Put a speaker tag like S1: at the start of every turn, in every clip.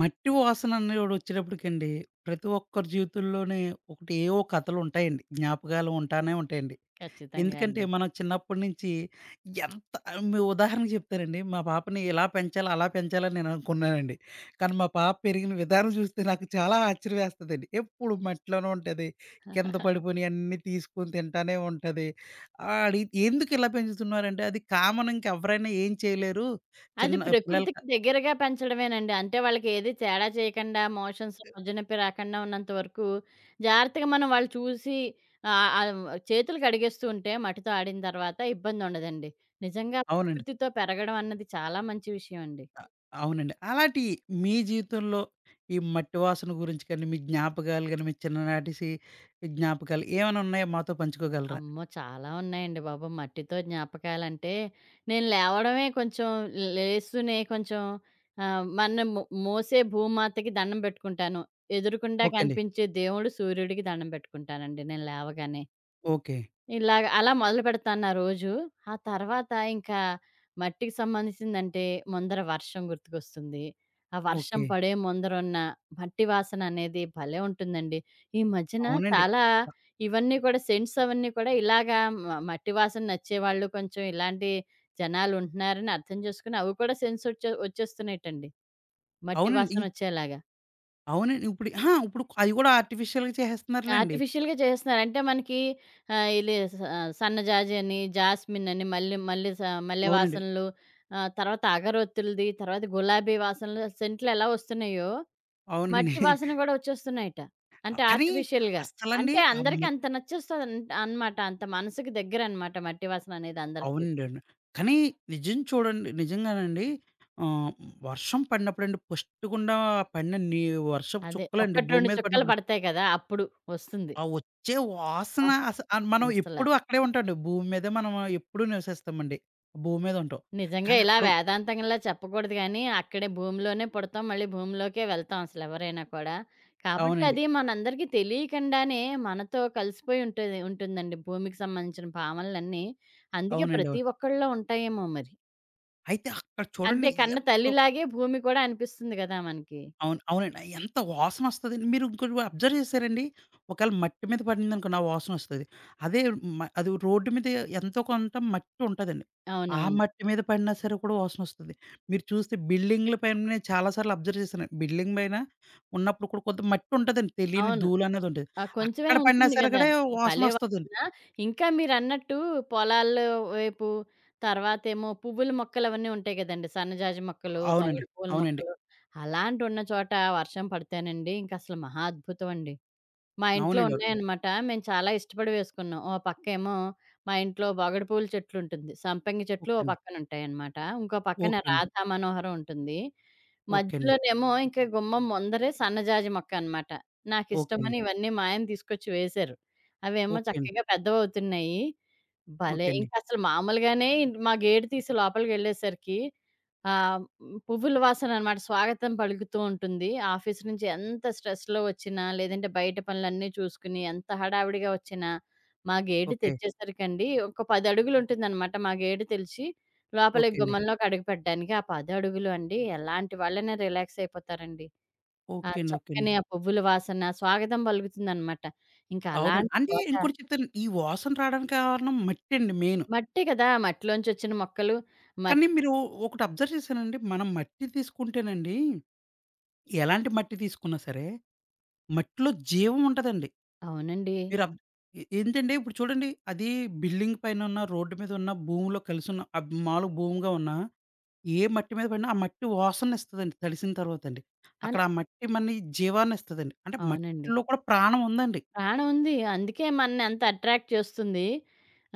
S1: మట్టి వాసన అనేవాడొచ్చేటప్పటికండి, ప్రతి ఒక్కరి జీవితంలోనే ఒకటి ఏవో కథలుంటాయండి. జ్ఞాపకాలు ఉంటానే ఉంటాయండి.
S2: ఖచ్చితంగా
S1: ఎందుకంటే,
S2: అండి.
S1: మనం చిన్నప్పటి నుంచి ఎంత మీ ఉదాహరణకు చెప్తానండి. మా పాపని ఇలా పెంచాలి, అలా పెంచాలని నేననుకున్నానండి. కానీ, మా పాప పెరిగిన విధానం చూస్తే నాకు చాలా ఆశ్చర్యమేస్తదండి. ఎప్పుడు మట్టిలోనే ఉంటది. కింద పడిపోయినయి అన్నీ తీసుకొని తింటానే ఉంటది. అడిగి ఎందుకు ఇలా పెంచుతున్నారంటే, అది కామన్ ఇంకెవరైనా ఏం చేయలేరు.
S2: అది
S1: చిన్న పిల్లలకి
S2: ప్రకృతికి దగ్గరగా పెంచడమేనండి. అంటే వాళ్ళకి ఏది తేడా చేయకుండా, మోషన్స్, మజ్జనొప్పి రాకుండా ఉన్నంత వరకు జాగ్రత్తగా మనం వాళ్ళు చూసి ఆహ్, ఆహ్, చేతులు కడిగేస్తూ ఉంటే మట్టితో ఆడిన తర్వాత ఇబ్బందుండదండి. నిజంగా
S1: అవునండి.
S2: ప్రకృతితో పెరగడం అన్నది చాలా మంచి విషయం అండి.
S1: అ అవునండి. అలాంటి మీ జీవితంలో ఈ మట్టి వాసన గురించి కానీ, మీ జ్ఞాపకాలు గాని, మీ చిన్ననాటి సి జ్ఞాపకాలు ఏమైనా ఉన్నాయా మాతో పంచుకోగలరా?
S2: అమ్మో! చాలా ఉన్నాయండి బాబు. మట్టితో జ్ఞాపకాలంటే, నేను లేవడమే కొంచెం లేస్తూనే కొంచెం మన మోసే భూమాతకి దండం పెట్టుకుంటాను. ఎదురుగుండా
S1: ఓకే అండి.
S2: కనిపించే దేవుడు సూర్యుడికి దండం పెట్టుకుంటానండి నేను లేవగానే.
S1: ఓకే.
S2: ఇలాగ అలా మొదలుపెడతాను నా రోజు. ఆ తర్వాత ఇంకా మట్టికి సంబంధించిందంటే ముందర వర్షం గుర్తుకొస్తుంది. ఆ వర్షం
S1: ఓకే.
S2: పడే ముందరున్న మట్టి వాసన అనేది భలే ఉంటుందండి. ఈ మధ్యన
S1: అవునండి.
S2: చాలా ఇవన్నీ కూడా సెంట్స్ అవన్నీ కూడా ఇలాగా మట్టి వాసన నచ్చేవాళ్ళు కొంచెం ఇలాంటి జనాలుంటున్నారని అర్థం చేసుకొని అవి కూడా సెన్స్ వచ్చేస్తున్నాయటండి. మట్టి
S1: అవునండి. ఇం
S2: వాసనొచ్చేలాగా.
S1: అవునండి. ఇప్పుడు అహా! ఇప్పుడు అయి కూడా ఆర్టిఫిషియల్‌గా చేసేస్తున్నారులెండి.
S2: ఆర్టిఫిషియల్‌గా చేస్తున్నారు. అంటే మనకి ఆహ్, ఇలి స సన్నజాజి అని, జాస్మిన్ అని, మల్లె మల్లె స మల్లె
S1: అవునండి.
S2: వాసనలు. తర్వాత అగరొత్తులది, తర్వాత గులాబీ వాసనలు సెంట్లు ఎలా వస్తున్నాయో,
S1: అవునండి.
S2: మట్టి వాసన గూడా వచ్చేస్తున్నాయట. అంటే
S1: కానీ
S2: ఆర్టిఫిషియల్‌గా.
S1: అస్సలండి
S2: అంటే
S1: ఆ
S2: అందరికి
S1: మట్
S2: అంత నచ్చేస్తదంట అనమాట. అంత మనసుకి దగ్గరనమాట మట్టి వాసన అనేది అందరికి.
S1: అవునండి. అవును. కానీ నిజం చూడండి నిజంగానండి ఆహ్, వర్షం పడినప్పుడండి ఫస్ట్ గుండా పడిన నీ వర్షపు
S2: అదే.
S1: చుక్కలండి
S2: 1,
S1: భూమి
S2: 2
S1: మీద
S2: చుక్కలు
S1: పడినప్పుడు
S2: పడతాయి కదా! అప్పుడు వస్తుంది.
S1: ఆ వచ్చే
S2: అబ్బా!
S1: వాసన మనం
S2: అసల
S1: ఎప్పుడూ అక్కడే ఉంటామండి. భూమి మీదే మనం ఎప్పుడూ నివసిస్తామండి. భూమి మీద ఉంటాం.
S2: నిజంగా
S1: కానీ
S2: ఇలా
S1: అక్కడ
S2: వేదాంతంలా చెప్పకూడదు గానీ, అక్కడే భూమిలోనే పుడతాం. మళ్ళీ భూమిలోకే వెళ్తాం అసలెవరైనా కూడా. కాబట్టి
S1: అవునండి.
S2: అది మనందరికీ తెలియకుండానే మనతో కలిసిపోయి ఉంటుందండి భూమికి సంబంధించిన భావనలన్నీ. అందుకే
S1: అవునండి.
S2: ప్రతి
S1: అవును.
S2: ఒక్కళ్ళలో ఉంటాయేమో మరి.
S1: అయితే అక్కడ
S2: అంటే
S1: చూడండి
S2: కన్న
S1: ఎంతో
S2: తల్లిలాగే భూమి కూడా అనిపిస్తుంది గదా! మనకి.
S1: అవును. అవునండి. ఎంత వాసనొస్తదండి. మీరు ఇంకోటి కూడా అబ్జర్వ్ చేశారండి? ఒకవేళ మట్టి మీద పడిందనుకోండి ఆ వాసనొస్తది. అదే అది రోడ్డు మీద ఎంతో కొంత మట్టి ఉంటదండి. ఆ
S2: అవునవును.
S1: మట్టి మీద పడినా సరే కూడా వాసనొస్తది. మీరు చూస్తే బిల్డింగుల పైన చాలా సార్లు అబ్జర్వ్ చేశాను. బిల్డింగ్ పైన ఉన్నప్పుడు కూడా కొంత మట్టి ఉంటదండి. తెలియని
S2: అవును.
S1: ధూళనేది ఉంటది.
S2: ఆ! కొంచెమైనా
S1: అక్కడ పడినా
S2: ఉంటుంది
S1: సరే
S2: గదా!
S1: కూడా
S2: భలే
S1: వాసనొస్తదండి.
S2: వాసన. ఇంకా మీరన్నట్టు పొలాల్లో వైపు, తర్వాతేమో పువ్వుల మొక్కలవన్నీ ఉంటాయి గదండీ. సన్నజాజి మొక్కలు,
S1: అవునండి.
S2: బొగడ పూల
S1: అవునండి.
S2: మొక్కలు అలాంటున్న చోట వర్షం పడితేనండి ఇంకసలు మహా అద్భుతం అండి. మా ఇంట్లో
S1: అవునండి. అవును.
S2: ఉన్నాయన్నమాట. మేము చాలా ఇష్టపడి వేసుకున్నాం. ఓ పక్కేమో మా ఇంట్లో బొగడు పూల చెట్లుంటుంది. సంపంగి చెట్లు
S1: ఓకే
S2: ఓ
S1: అండి.
S2: పక్కనుంటాయన్నమాట. ఇంకో పక్కన
S1: ఓకే అండి.
S2: రాధా మనోహరం ఉంటుంది.
S1: ఓకే అండి.
S2: మధ్యలోనేమో ఇంక గుమ్మం ముందరే సన్నజాజి మొక్క అనమాట.
S1: ఓకే అండి.
S2: నాకిష్టమని ఇవన్నీ మా ఆయన తీసుకొచ్చి వేశారు. అవేమో
S1: ఓకే అండి.
S2: చక్కగా పెద్దవవుతున్నాయి. భలే!
S1: ఓకే అండి.
S2: ఇంకసలు మామూలుగానే మా గేటు తీసి లోపలికెళ్ళేసరికి ఆ! హ్మ్. పువ్వుల వాసననమాట. స్వాగతం పలుకుతూ ఉంటుంది. ఆఫీస్ నుంచి ఎంత స్ట్రెస్‌లో వచ్చినా, లేదంటే బయట పనులన్నీ చూసుకుని, ఎంత హడావిడిగా వచ్చినా, మా గేటు
S1: ఓకే.
S2: తెరిచేసరికండి ఒక 10 అడుగులుంటుందనమాట. మా గేటు తెరిచి లోపలి
S1: ఓకే అండి.
S2: గుమ్మంలోకి అడుగుపెట్టడానికి. ఆ 10 అడుగులు అండి ఎలాంటి వాళ్ళైనా రిలాక్స్ అయిపోతారండి. ఆ
S1: ఓకే అండి. ఓకే అండి.
S2: చక్కని ఆ పువ్వుల వాసన స్వాగతం పలుకుతుందనమాట. ఇంకా
S1: అవునండి.
S2: అలాంటి
S1: అంటే
S2: చోట
S1: ఇంకోటి చెప్తాను. ఈ వాసన రావడానికి కారణం మట్టండి మెయిను.
S2: మట్టే కదా! మట్టిలోంచొచ్చిన మొక్కలు మట్
S1: కానీ మీరు ఒకటి అబ్జర్వ్ చేశానండి. మనం మట్టి తీసుకుంటేనండి, ఎలాంటి మట్టి తీసుకున్నా సరే, మట్టిలో జీవం ఉంటదండి.
S2: అవునండి.
S1: మీరు అబ్ ఎ ఏంటంటే ఇప్పుడు చూడండి. అది బిల్డింగ్ పైన ఉన్న, రోడ్డు మీద ఉన్న, భూమిలో కలిసున్న మాములుగా భూమిగా ఉన్నా, ఏ మట్టి మీద పడినా ఆ మట్టి వాసననిస్తదండి తడిసిన తర్వాతండి.
S2: అన్
S1: అక్కడ ఆ మట్టి మన్ని జీవాన్నిస్తదండి. అంటే
S2: అవునండి.
S1: మట్టిలో కూడా ప్రాణం ఉందండి.
S2: ప్రాణం ఉంది. అందుకే మనని అంత అట్రాక్ట్ చేస్తుంది.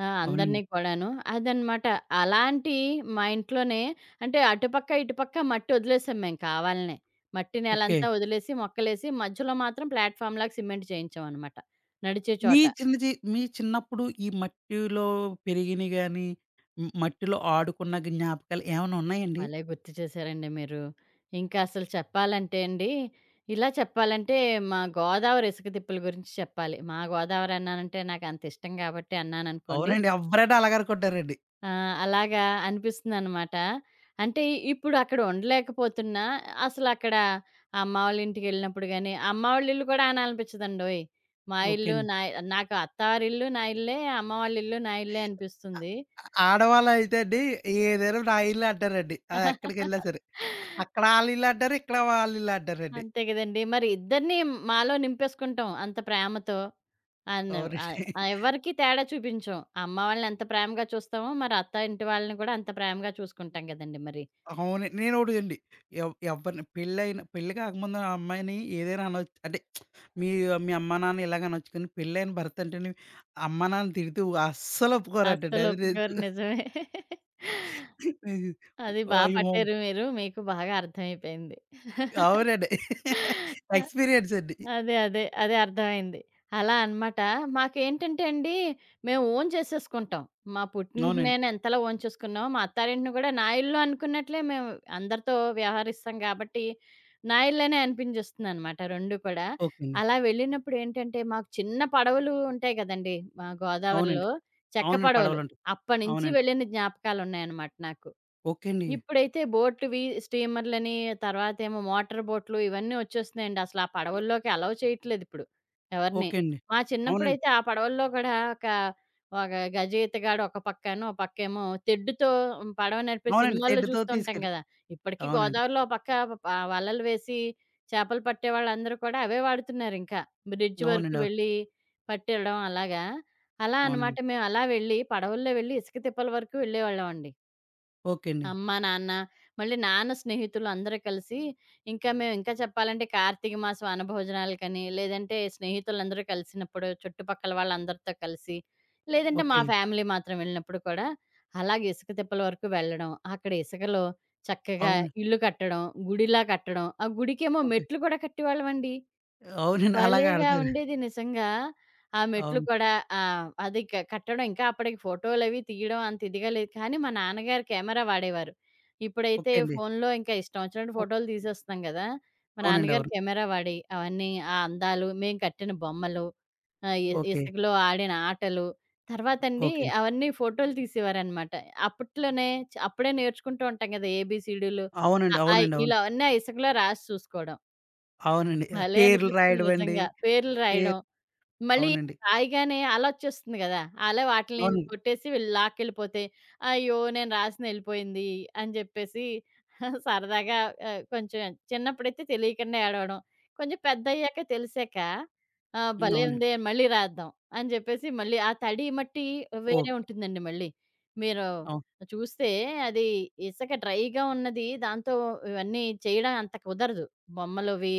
S2: అందరిని
S1: అవునండి.
S2: కూడాను. అదనమాట. అలాంటి మా ఇంట్లోనే అంటే అటుపక్క, ఇటుపక్క మట్టి వదిలేసాం మేము కావాలనే. మట్టి
S1: ఓకే.
S2: నేలంతా వదిలేసి, మొక్కలేసి మధ్యలో మాత్రం ప్లాట్‌ఫార్మ్‌లాగా సిమెంట్ చేయించామనమాట. నడిచే చోట.
S1: మీ చిన్నప్పుడు ఈ మట్టిలో పెరిగినయి గాని, మట్టిలో ఆడుకున్న జ్ఞాపకాలు ఏమన్నా ఉన్నాయండి?
S2: భలే గుర్తు చేశారండి మీరు. ఇంకా అసలు చెప్పాలంటే అండి, ఇలా చెప్పాలంటే మా గోదావరి ఇసుక తిప్పల గురించి చెప్పాలి. మా గోదావరి అన్నానంటే నాకు అంత ఇష్టం కాబట్టి అన్నాననుకోండి.
S1: అవునండి. ఎవ్వరైనా అలాగే అనుకుంటారండి.
S2: ఆ! అలాగా అనిపిస్తుందనమాట. అంటే ఇప్పుడు అక్కడ ఉండలేకపోతున్నా, అసలక్కడ అమ్మ వాళ్ళ ఇంటికెళ్ళినప్పుడు గాని, అమ్మ వాళ్ళ ఇల్లు కూడా అనాలనిపించదండోయ్! మా
S1: ఓకే
S2: ఇల్లు
S1: అండి.
S2: నా నాకు అత్తవారిల్లు నా ఇల్లే, అమ్మ వాళ్ళ ఇల్లు నా ఇల్లే అనిపిస్తుంది.
S1: ఆడవాళ్ళైతే అండి ఏదైనా నా ఇల్లు అంటారండి. అది ఎక్కడికెళ్ళినా సరే. అక్కడ ఆళ్ళ ఇల్లు అంటారు. ఇక్కడ వాళ్ళ ఇల్లు అంటారండి.
S2: అంతే గదండీ! మరి ఇద్దరిని మాలో నింపేసుకుంటాం అంత ప్రేమతో. అన్ ఆహ్,
S1: అవునండి.
S2: ఎవరికీ తేడా చూపించం. అమ్మ వాళ్ళని ఎంత ప్రేమగా చూస్తామో, మరి అత్త ఇంటి వాళ్ళని కూడా అంత ప్రేమగా చూసుకుంటాం గదండీ మరి.
S1: అవునండి. నేనొకటండి ఎవ్వరిని పెళ్లి కాకముందు ఆ అమ్మాయిని ఏదైనా అనొచ్చు. అంటే మీ మీ అమ్మా, నాన్న ఇలాగ అనొచ్చు. కానీ పెళ్ళైన భర్త అంటేనే అమ్మా, నాన్న తిడితే అస్సలు ఒప్పుకోరంటండి.
S2: అస్సలు
S1: అది నేను
S2: ఒప్పుకోరు.
S1: చూ
S2: నిజమే.
S1: ఇది
S2: అది బా
S1: అయ్యో!
S2: పట్టారు మీరు. మీకు బాగా అర్థమైపోయింది.
S1: అవునండి.
S2: అ
S1: ఎక్స్‌పీరియన్స్ అండి.
S2: అదే. అదే. అదే అర్థమైంది. అలా అనమాట. మాకేంటంటే అండి, మేము ఓన్ చేసేసుకుంటాం. మా
S1: అవునండి.
S2: పుట్టింటినైనా ఎంతలా ఓన్ చేసుకున్నామో, మా అత్తారింటిని కూడా నా ఇల్లు అనుకున్నట్లే మేము అందరితో వ్యవహరిస్తాం కాబట్టి, నా ఇల్లేనే అనిపించేస్తుందనమాట 2 కూడా.
S1: ఓకే అండి.
S2: అలా వెళ్ళినప్పుడు ఏంటంటే, మాకు చిన్న పడవలు ఉంటాయి కదండీ! మా
S1: అవునండి.
S2: గోదావరిలో. చెక్క
S1: అవునండి.
S2: పడవలు.
S1: పడవలుంటాయి.
S2: అప్పటినుంచి
S1: అవునండి.
S2: వెళ్ళిన జ్ఞాపకాలున్నాయన్నమాట నాకు.
S1: ఓకే అండి.
S2: ఇప్పుడైతే బోట్‌వి, స్టీమర్‌లని, తర్వాతేమో మోటార్ బోట్లు ఇవన్నీ వచ్చేస్తున్నాయండి. అసలు ఆ పడవల్లోకి అలౌ చేయట్లేదిప్పుడు ఎవరిని.
S1: ఓకే అండి.
S2: మా
S1: అవునండి.
S2: చిన్నప్పుడైతే ఆ పడవల్లో కూడా ఒక ఒక గజ ఈతగాడు ఒక పక్కను, ఓ పక్కేమో తెడ్డుతో పడవ నడిపే
S1: అవునండి.
S2: సినిమాల్లో
S1: తెడ్డుతో
S2: చూస్తూ ఉంటాం
S1: తీసుకెళ్ళి
S2: కదా! ఇప్పటికి
S1: అవునండి.
S2: గోదావరిలో ఒక పక్క వలలు వేసి చేపలు పట్టేవాళ్ళందరూ కూడా అవే వాడుతున్నారింకా. బ్రిడ్జ్ వరకు
S1: అవునండి. అవును.
S2: వెళ్ళి పట్టేయడం అలాగా. అలా అనమాట
S1: అవునండి.
S2: మేము అలా వెళ్ళి పడవల్లో వెళ్ళి ఇసుక తిప్పల వరకు వెళ్ళేవాళ్ళమండి.
S1: ఓకే అండి.
S2: అమ్మ, నాన్న, మళ్ళీ నాన్న స్నేహితులు అందరూ కలిసి ఇంకా చెప్పాలంటే కార్తీక మాసం వనభోజనాలకని, లేదంటే స్నేహితులందరూ కలిసినప్పుడు చుట్టుపక్కల వాళ్ళందరితో కలిసి, లేదంటే మా
S1: ఓకే.
S2: ఫ్యామిలీ మాత్రం వెళ్ళినప్పుడు కూడా అలాగే ఇసుక తిప్పల వరకు వెళ్ళడం. అక్కడ ఇసుకలో చక్కగా
S1: అవును.
S2: ఇల్లు కట్టడం, గుడిలా కట్టడం, ఆ గుడికేమో
S1: ఓకే.
S2: మెట్లు కూడా కట్టేవాళ్ళమండి.
S1: అవునండి. అలాగే
S2: భలేగా
S1: ఆడతారు.
S2: ఉండేది నిజంగా. ఆ మెట్లు
S1: అవును.
S2: కూడా అది కట్టడం ఇంకా అప్పటికి ఫోటోలవి తీయడం అంత ఇదిగా లేదు. కానీ మా నాన్నగారు కెమెరా వాడేవారు. ఇప్పుడైతే
S1: ఓకే అండి.
S2: ఫోనులో ఇంకా ఇష్టం వచ్చినట్టు
S1: ఓకే
S2: ఫోటోలు
S1: అండి.
S2: తీసేస్తున్నాం గదా! మా
S1: అవునండి.
S2: నాన్నగారు
S1: అవును.
S2: కెమెరా వాడి అవన్నీ ఆ అందాలు, మేము కట్టిన బొమ్మలు, ఆహ్, ఇ
S1: ఓకే.
S2: ఇసుకలో ఆడిన ఆటలు, తర్వాతండి
S1: ఓకే అండి.
S2: అవన్నీ ఫోటోలు తీసేవారనమాట. అప్పట్లోనే అప్పుడే నేర్చుకుంటూ ఉంటాం గదా! ఏబీసీడీలు. అ,
S1: అవునండి.
S2: ఆ,
S1: అవునండి.
S2: ఈ
S1: అవును.
S2: లు అవన్నీ ఆ ఇసుకలో రాసి చూసుకోవడం.
S1: అవునండి.
S2: భలే
S1: పేర్లు
S2: అనిపిస్తుంది
S1: రాయడమండి.
S2: నిజంగా. పేర్లు రాయడం.
S1: పేరు
S2: మళ్ళీ
S1: అవునండి.
S2: రాయగానే అలొచ్చేస్తుంది గదా! అల వాటిల్ని
S1: అవునండి.
S2: కొట్టేసి వీళ్ళు లాక్కెళ్ళిపోతే, అయ్యో! నేను రాసిందెళ్ళిపోయింది అని జెప్పేసి సరదాగా కొంచెం చిన్నప్పుడైతే తెలియకుండా ఏడవడం. కొంచెం పెద్దయ్యాక తెలిసాక
S1: హ్మ్.
S2: భలే
S1: అవునండి.
S2: ఉందే మళ్ళీ రాద్దాం అని జెప్పేసి మళ్ళీ ఆ తడి మట్టి వేరే
S1: ఓకే.
S2: ఉంటుందండి మళ్ళీ. మీరు
S1: అవును.
S2: చూస్తే అది ఇసక డ్రైగా ఉన్నది దాంతో ఇవన్నీ చేయడం అంత కుదరదు. బొమ్మలవి.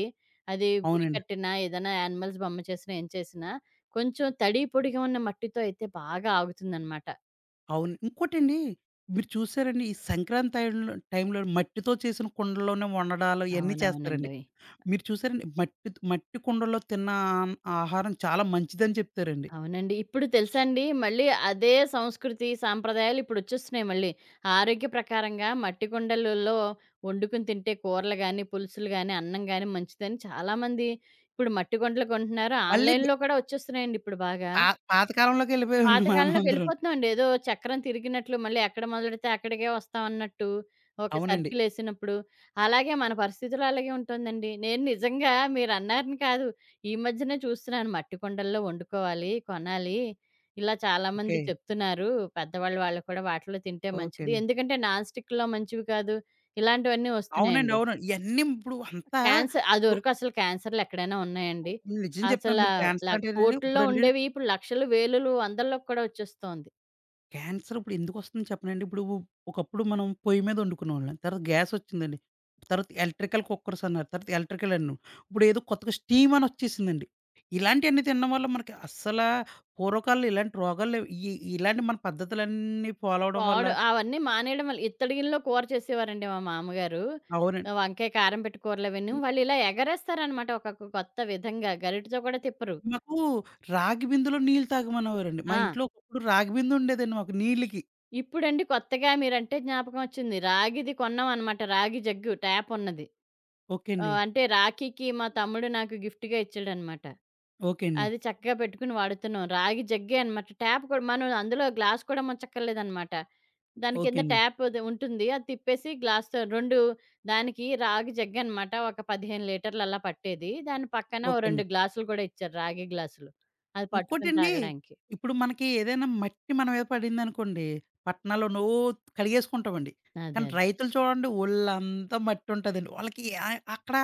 S2: అది గుడి
S1: అవునండి.
S2: కట్టినా, ఏదైనా యానిమల్స్ బొమ్మ చేసినా, ఏం చేసినా కొంచెం తడి పొడిగా ఉన్న మట్టితో అయితే బాగా ఆగుతుందనమాట.
S1: అవును. ఇంకోటండి మీరు చూసారండి, ఈ సంక్రాంతి టైంలో టైంలో మట్టితో చేసిన కుండల్లోనే వండడాలు ఇయన్నీ చేస్తారండి.
S2: అవునవునండోయ్!
S1: మీరు చూసారండి మట్టి మట్టి కుండల్లో తిన్న ఆన్ ఆహారం చాలా మంచిదని చెప్తారండి.
S2: అవునండి. ఇప్పుడు తెలుసా అండి, మళ్ళీ అదే సంస్కృతి, సాంప్రదాయాలు ఇప్పుడొచ్చేస్తున్నాయి మళ్ళీ. ఆరోగ్య ప్రకారంగా మట్టి కుండలలో వండుకుని తింటే కూరలు గాని, పులుసులు గాని, అన్నం గాని మంచిదని చాలామంది ఇప్పుడు మట్టి కుండలు కొంటున్నారు.
S1: మళ్ళీ బ్
S2: ఆన్‌లైన్‌లో కూడా వచ్చేస్తున్నాయండి ఇప్పుడు బాగా.
S1: పా పాతకాలంలోకెళ్ళిపోయామండి మనమందరం.
S2: పాతకాలంలోకెళ్ళిపోతున్నామండి. ఏదో చక్రం తిరిగినట్లు మళ్ళీ ఎక్కడ మొదలెడితే అక్కడికే వస్తాం అన్నట్టు. ఒక
S1: అవునండి.
S2: సర్కిలేసినప్పుడు. అలాగే మన పరిస్థితులు అలాగే ఉంటుందండి. నేను నిజంగా మీరన్నారని కాదు. ఈ మధ్యనే చూస్తున్నాను మట్టి కుండల్లో వండుకోవాలి, కొనాలి. ఇలా చాలామంది
S1: ఓకే.
S2: చెప్తున్నారు. పెద్దవాళ్ళు వాళ్ళు కూడా వాటిలో తింటే
S1: ఓకే
S2: మంచిది.
S1: అండి.
S2: ఎందుకంటే నాన్ స్టిక్‌లో మంచివి కాదు. ఇలాంటివన్నీ
S1: అవునండి.
S2: వస్తున్నాయండి.
S1: అవును. ఇయన్నీ ఇప్పుడు అంతా
S2: క్యాన్సర్
S1: రొ
S2: అదివరకు అసలు క్యాన్సర్‌లెక్కడైనా ఉన్నాయండి?
S1: నిజం
S2: అసల
S1: చెప్తున్నాను మీరు
S2: ల
S1: క్యాన్సర్ అంటేనండి
S2: కోట్లలో
S1: ఇప్పుడండి
S2: ఉండేవి ఇప్పుడు లక్షలు, వేలులు, వందల్లోకి కూడా వచ్చేస్తోంది.
S1: క్యాన్సర్ ఇప్పుడు ఎందుకొస్తుంది చెప్పనండి. ఇప్పుడు ఒకప్పుడు మనం పొయ్యి మీద వండుకునేవాళ్ళం. తర్వాత గ్యాస్ వచ్చిందండి. తర్వాత ఎలక్ట్రికల్ కుక్కర్స్ అన్నారు. తర్వాత ఎలక్ట్రికల్ అన్ను. ఇప్పుడేదో కొత్తగా స్టీమ్ అని వచ్చేసిందండి. ఇలాంటియన్నీ తినడం వల్ల మనకి అస్సలా పూర్వకాలంలో ఇలాంటి రోగాలు లేవు. ఈ ఇలాంటి మన పద్ధతులన్నీ ఫాలో అవ్వడం వల్ల
S2: పాడు అవన్నీ మానేయడం వల్ల ఇత్తడి గిన్నెలో కూర చేసేవారండి మా మామగారు. ఆ
S1: అవునండి.
S2: వంకాయ కారం పెట్టి కూరలవీను. వాళ్ళిలా ఎగరేస్తారనమాట ఒక కొత్త విధంగా గరిటెతో కూడా తిప్పరు.
S1: మాకు రాగి బిందెలో నీళ్ళు తాగమనేవారండి. మా
S2: ఆ!
S1: ఇంట్లో ఒకప్పుడు రాగి బిందె ఉండేదండి మాకు నీళ్ళకి.
S2: ఇప్పుడండి కొత్తగా మీరంటే జ్ఞాపకం వచ్చింది. రాగిది కొన్నామనమాట. రాగి జగ్గు ట్యాప్ ఉన్నది.
S1: ఓకే అండి.
S2: అంటే రాఖీకి మా తమ్ముడు నాకు గిఫ్ట్‌గా ఇచ్చాడనమాట.
S1: ఓకే అండి.
S2: అది చక్కగా పెట్టుకుని వాడుతున్నాం. రాగి జగ్గే అనమాట. ట్యాప్ కూడా మనం అందులో గ్లాస్ కూడా ముంచక్కర్లేదనమాట. దాని
S1: ఓకే
S2: కింద
S1: అండి.
S2: ట్యాప్ అది ఉంటుంది. అది తిప్పేసి గ్లాస్‌తో 2 దానికి రాగి జగ్గనమాట. ఒక 15 లీటర్లు అలా పట్టేది. దాని పక్కన ఓ
S1: ఓకే అండి.
S2: 2 గ్లాసులు కూడా ఇచ్చారు. రాగి గ్లాసులు. అది పట్టుకొని
S1: ఇంకోటండి,
S2: తాగడానికి.
S1: ఇప్పుడు మనకి ఏదైనా మట్టి మన మీద పడిందనుకోండి, పట్టణాల్లోనో కడిగేసుకుంటామండి.
S2: అదే.
S1: కానీ
S2: అదే.
S1: రైతులు చూడండి ఒళ్ళంతా మట్టుంటదండి. వాళ్ళకి అక్కడ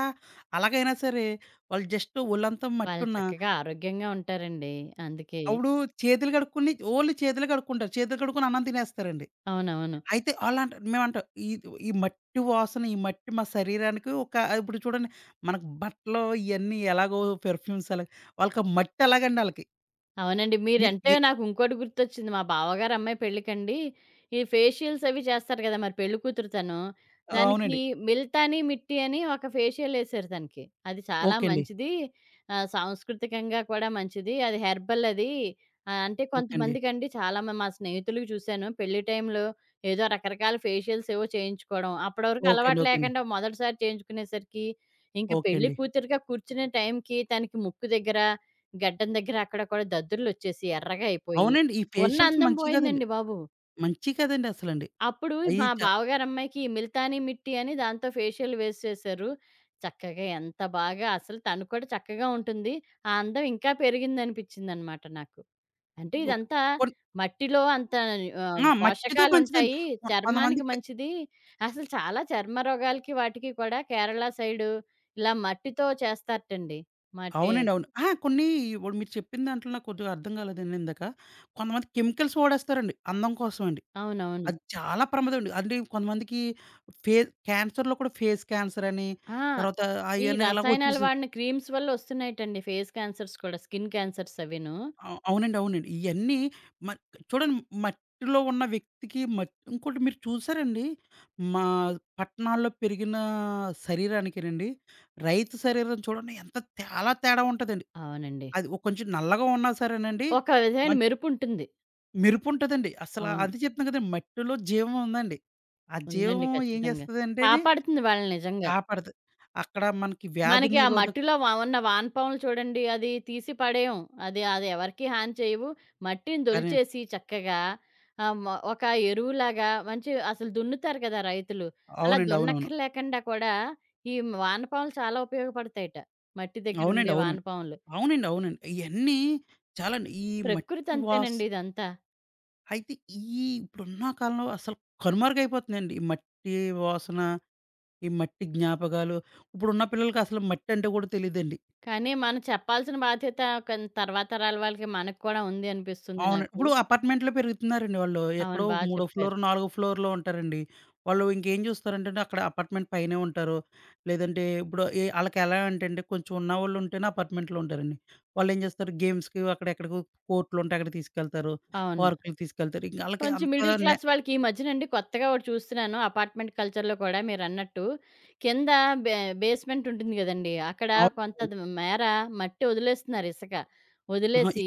S1: అలాగైనా సరే వాళ్ళు జస్ట్ ఒళ్ళంతా
S2: వాళ్ళు
S1: మట్టున్న
S2: చక్కగా ఆరోగ్యంగా ఉంటారండి. అందుకే.
S1: అప్పుడు చేతులు కడుక్కుని ఓన్లీ చేతులే కడుక్కుంటారు. చేతులు కడుక్కొని అన్నం తినేస్తారండి.
S2: అవునవును.
S1: అయితే ఆళ్ళంట మేమంటాం ఈ ఈ మట్టి వాసన, ఈ మట్టి మా శరీరానికి ఒక ఇప్పుడు చూడండి మనకు బట్టలు ఇయన్నీ ఎలాగో పెర్ఫ్యూమ్స్ అలాగ వాళ్ళకి ఆ మట్టి అలాగండి ఆళ్ళకి.
S2: అవునండి.
S1: మీరు
S2: మీరంటే
S1: ఎ
S2: నాకు ఇంకోటి గుర్తొచ్చింది. మా బావగారు అమ్మాయి పెళ్ళికండి, ఈ ఫేషియల్స్ అవి చేస్తారు కదా! మరి పెళ్లి కూతురు తను. దానికి
S1: అవునండి.
S2: మిల్తాని మిట్టి అని ఒక ఫేషియల్ ఎసారు తనకి. అది చాలా
S1: ఓకే అండి.
S2: మంచిది. సాంస్కృతికంగా కూడా మంచిది. అది హెర్బల్ అది. అంటే
S1: ఓకే అండి.
S2: కొంతమందికండి చాలా మా స్నేహితులకి చూసాను. పెళ్లి టైంలో ఏదో రకరకాల ఫేషియల్స్ ఏవో చేయించుకోవడం. అప్పటి వరకు
S1: ఓకే అండి.
S2: అలవాటు
S1: ఓకే అండి.
S2: లేకుండా మొదటిసారి చేయించుకునేసరికి, ఇంక
S1: ఓకే
S2: పెళ్లి
S1: అండి.
S2: కూతురుగా కూర్చునే టైంకి తనకి ముక్కు దగ్గర గడ్డం దగ్గర అక్కడ కూడా దద్దుర్లొచ్చేసి ఎర్రగా అయిపోయి,
S1: అవునండి. ఈ
S2: ఉన్న
S1: ఫేషియల్స్
S2: అందం
S1: మంచియి కాదండి.
S2: పోయిందండి బాబు.
S1: మంచియి కాదండి అసలండి.
S2: అప్పుడు
S1: అయి
S2: మా
S1: చ
S2: బావగారు అమ్మాయికి ఈ 'మిల్తాని మిట్టి' అని దాంతో ఫేషియల్ వేసేసారు. చక్కగా ఎంత బాగా అసలు తను కూడా చక్కగా ఉంటుంది. ఆ అందం ఇంకా పెరిగిందనిపించిందనమాట నాకు. అంటే
S1: ఓక్
S2: ఇదంతా
S1: కొన్
S2: మట్టిలో అంత
S1: ఆ! మట్టితో మంచిదండి.
S2: పోషకాలుంటాయి. చర్మానికి
S1: కొంతమందికి
S2: మంచిది. అసలు చాలా చర్మ రోగాలకి వాటికి కూడా కేరళ సైడు ఇలా మట్టితో చేస్తారటండి. మట్టి
S1: అవునండి. అవును. అహా! కొన్ని ఇప్పుడు మీరు చెప్పిన దాంట్లో నాకు కొద్దిగా అర్థం కాలేదండి ఇందాక. కొంతమంది కెమికల్స్ వాడేస్తారండి అందం కోసం అండి.
S2: అవునవును.
S1: అది చాలా ప్రమాదం అండి. అంటే కొంతమందికి ఫే క్యాన్సర్‌లో కూడా ఫేస్ క్యాన్సర్ అని,
S2: ఆ!
S1: తర్వాత
S2: ఈ
S1: అయన్నీ ఇలాగ
S2: రసాయనాలు
S1: వచ్చేసి
S2: వాడిన క్రీమ్స్ వల్ల వస్తున్నాయిటండి ఫేస్ క్యాన్సర్స్ కూడా. స్కిన్ క్యాన్సర్స్ అవిను.
S1: అవునండి. అవునండి. ఇయన్నీ మ చూడండి మట్టిలో ఉన్న వ్యక్తికి ఇంకోటి మీరు చూసారండి, మా పట్టణాల్లో పెరిగిన శరీరానికేనండి, రైతు శరీరం చూడండి ఎంత చాలా తేడా ఉంటదండి.
S2: అవునండి.
S1: అది కొంచెం నల్లగా ఉన్నా సరేనండి,
S2: ఒక విధమైన
S1: మంచి
S2: మెరుపుంటుంది.
S1: మెరుపుంటదండి. అసలా
S2: అవును.
S1: అదే చెప్తున్నాను కదండీ, మట్టిలో జీవం ఉందండి. ఆ జీవం
S2: ఉందండి
S1: ఏం
S2: ఖచ్చితంగా.
S1: చేస్తదంటేని
S2: కాపాడుతుంది వాళ్ళని నిజంగా.
S1: కాపాడతది. అక్కడ మనకి వ్యాధి
S2: మనకి ఆ
S1: నిరోధక
S2: మట్టిలో ఉన్న వానపాములు చూడండి అది తీసి పడేయం. అది అది ఎవరికీ హాని చేయవు. మట్టిని
S1: అరే
S2: దొలిచేసి చక్కగా ఆహ్, మ ఒక ఎరువులాగా మంచి అసలు దున్నుతారు కదా రైతులు. అలా
S1: అవునండి. అవునవును.
S2: దున్నక్కర్లేకుండా కూడా ఈ వానపాములు చాలా ఉపయోగపడతాయట. మట్టి
S1: అవునండి.
S2: దగ్గరుండే
S1: అవునండి.
S2: వానపాములు.
S1: అవునండి. అవునండి. ఇయన్నీ చాలాండి. ఈ
S2: ప్రకృతి
S1: మట్టి వాస్
S2: అంతేనండి ఇదంతా.
S1: అయితే ఈ ఇప్పుడున్న కాలంలో అసలు కనుమరుగైపోతుందండి. ఈ మట్టి వాసన, ఈ మట్టి జ్ఞాపకాలు ఇప్పుడున్న పిల్లలకి అసలు మట్టంటే కూడా తెలీదండి.
S2: కానీ మనం చెప్పాల్సిన బాధ్యత ఒక తర్వాత తరాల వాళ్ళకి మనకు కూడా ఉంది అనిపిస్తుంది
S1: అవును.
S2: నాకు.
S1: ఇప్పుడు అపార్ట్‌మెంట్‌లో పెరుగుతున్నారండి వాళ్ళు.
S2: అవును.
S1: ఎక్కడో
S2: బా
S1: మూడో
S2: చెప్పారు.
S1: ఫ్లోర్, నాలుగో ఫ్లోర్‌లో ఉంటారండి. వాళ్ళు ఇంకేం చూస్తారంటే అక్కడ అపార్ట్‌మెంట్ పైనే ఉంటారు. లేదంటే ఇప్పుడు ఏ ఆళ్ళకి ఎలా అంటే అండి కొంచెం ఉన్నవాళ్ళు ఉంటేనే అపార్ట్‌మెంట్‌లో ఉంటారండి. వాళ్ళేం చేస్తారు గేమ్స్‌కి అక్కడ ఎక్కడికో కోర్ట్‌లు ఉంటే అక్కడికి తీసుకెళ్తారు.
S2: అవును.
S1: పార్కులకి తీసుకెళ్తారు. ఇంక ఆళ్ళకి
S2: కొంచెం
S1: అంత
S2: మిడిల్
S1: నె
S2: క్లాస్ వాళ్ళకి ఈ మధ్యనండి కొత్తగా ఒకటి చూస్తున్నాను. అపార్ట్‌మెంట్ కల్చర్‌లో కూడా మీరన్నట్టు. కింద బే బేస్మెంట్ ఉంటుంది గదండీ! అక్కడ
S1: అవును.
S2: కొంత మేర మట్టి వదిలేస్తున్నారు ఇసక.
S1: ఆహా! ఈ
S2: వదిలేసి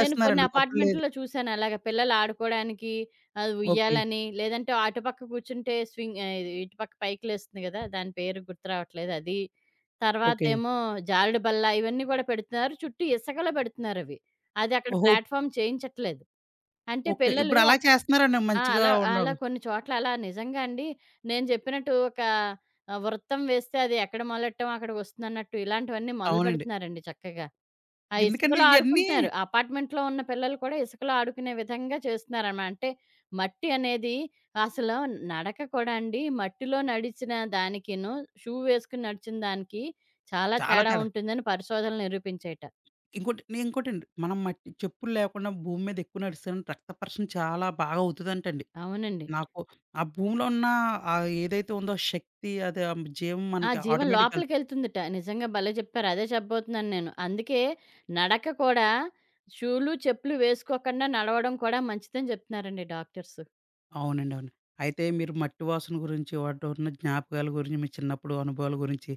S2: నేను కొన్ని
S1: ఒకప్పుడు లేదు.
S2: అపార్ట్‌మెంట్‌లో చూశాను అలాగ. పిల్లలు ఆడుకోవడానికి
S1: ఓకే.
S2: ఉయ్యాలని లేదంటే అటుపక్క కూర్చుంటే స్వింగ్ ఇది ఇటుపక్క పైకి లేస్తుంది గదా! దాని పేరు గుర్తు రావట్లేదు అది.
S1: ఓకే.
S2: తర్వాతేమో జారుడు బల్ల ఇవన్నీ గూడా పెడుతున్నారు. చుట్టూ ఇసకలో పెడుతున్నారవి. అది అక్కడ
S1: ఓహో!
S2: ప్లాట్‌ఫార్మ్ చేయించట్లేదు. అంటే
S1: ఓకే.
S2: పిల్లలు
S1: ఇప్పుడు అలా చేస్తున్నారండి
S2: ఆ!
S1: మంచిగా
S2: అలా అలా
S1: ఉండవు.
S2: కొన్ని చోట్ల అలా నిజంగా అండి. నేను చెప్పినట్టు ఒక వృత్తం వేస్తే అది ఎక్కడ మొదలెట్టం అక్కడికొస్తుందన్నట్టు ఇలాంటివన్నీ
S1: అవునండి.
S2: మొదలుపెడుతున్నారండి చక్కగా. ఆ
S1: ఎందుకంటే
S2: ఇసుకలో
S1: ఇయన్నీ
S2: ఆడుకుంటున్నారు. అపార్ట్మెంట్‌లో ఉన్న పిల్లలు కూడా ఇసుకలో ఆడుకునే విధంగా చేస్తున్నారనమాట. అంటే మట్టి అనేది అసలు నడక కూడా అండి మట్టిలో నడిచిన దానికిను, షూ వేసుకొని నడిచిన దానికి చాలా
S1: చాలా
S2: తేడా
S1: తేడా.
S2: ఉంటుందని పరిశోధనలు నిరూపించాయట.
S1: ఇంకోటి నే ఇంకోటండి. మనం మట్టి చెప్పులు లేకుండా భూమి మీద ఎక్కువ నడిసామంటే రక్త పరిశ్రమ చాలా బాగా అవుతదంటండి.
S2: అవునండి.
S1: నాకు ఆ భూమిలో ఉన్న ఏదైతే ఉందో ఆ శక్తి అది జీవం
S2: ఆ!
S1: మనకి
S2: జీవం
S1: ఆటోమేటిక్‌గా ఎళ్
S2: లోపలికెళ్తుందట. నిజంగా భలే చెప్పారు. అదే చెప్పబోతున్నాను నేను. అందుకే నడక కూడా షూలు, చెప్పులు వేసుకోకుండా నడవడం కూడా మంచిదని చెప్తున్నారండి డాక్టర్స్.
S1: అవునండి. అవును. అయితే మీరు మట్టి వాసన గురించి, వాటిలో ఉన్న జ్ఞాపకాల గురించి, మీ చిన్నప్పుడు అనుభవాల గురించి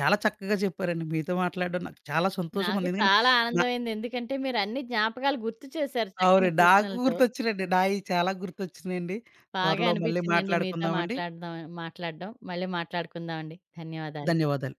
S1: చాలా చక్కగా చెప్పారండి. మీతో మాట్లాడడం నాకు చాలా సంతోషంగా
S2: నాకు
S1: ఉంది. ఎందుకంటే
S2: చాలా
S1: నా
S2: ఆనందమైంది. ఎందుకంటే మీరన్ని జ్ఞాపకాలు గుర్తు చేశారు చక్కని
S1: అవునండి. నాకు
S2: ప్రశ్నలతో.
S1: గుర్తొచ్చినియండి. నాయి చాలా గుర్తొచ్చినియండి.
S2: బాగా
S1: త్వరలో మళ్ళీ
S2: అనిపించిందండి మీతో
S1: మాట్లాడుకుందామండి.
S2: మాట్లాడదాం మాట్లాడడం. మళ్ళీ మాట్లాడుకుందామండి. ధన్యవాదాలు.
S1: ధన్యవాదాలు.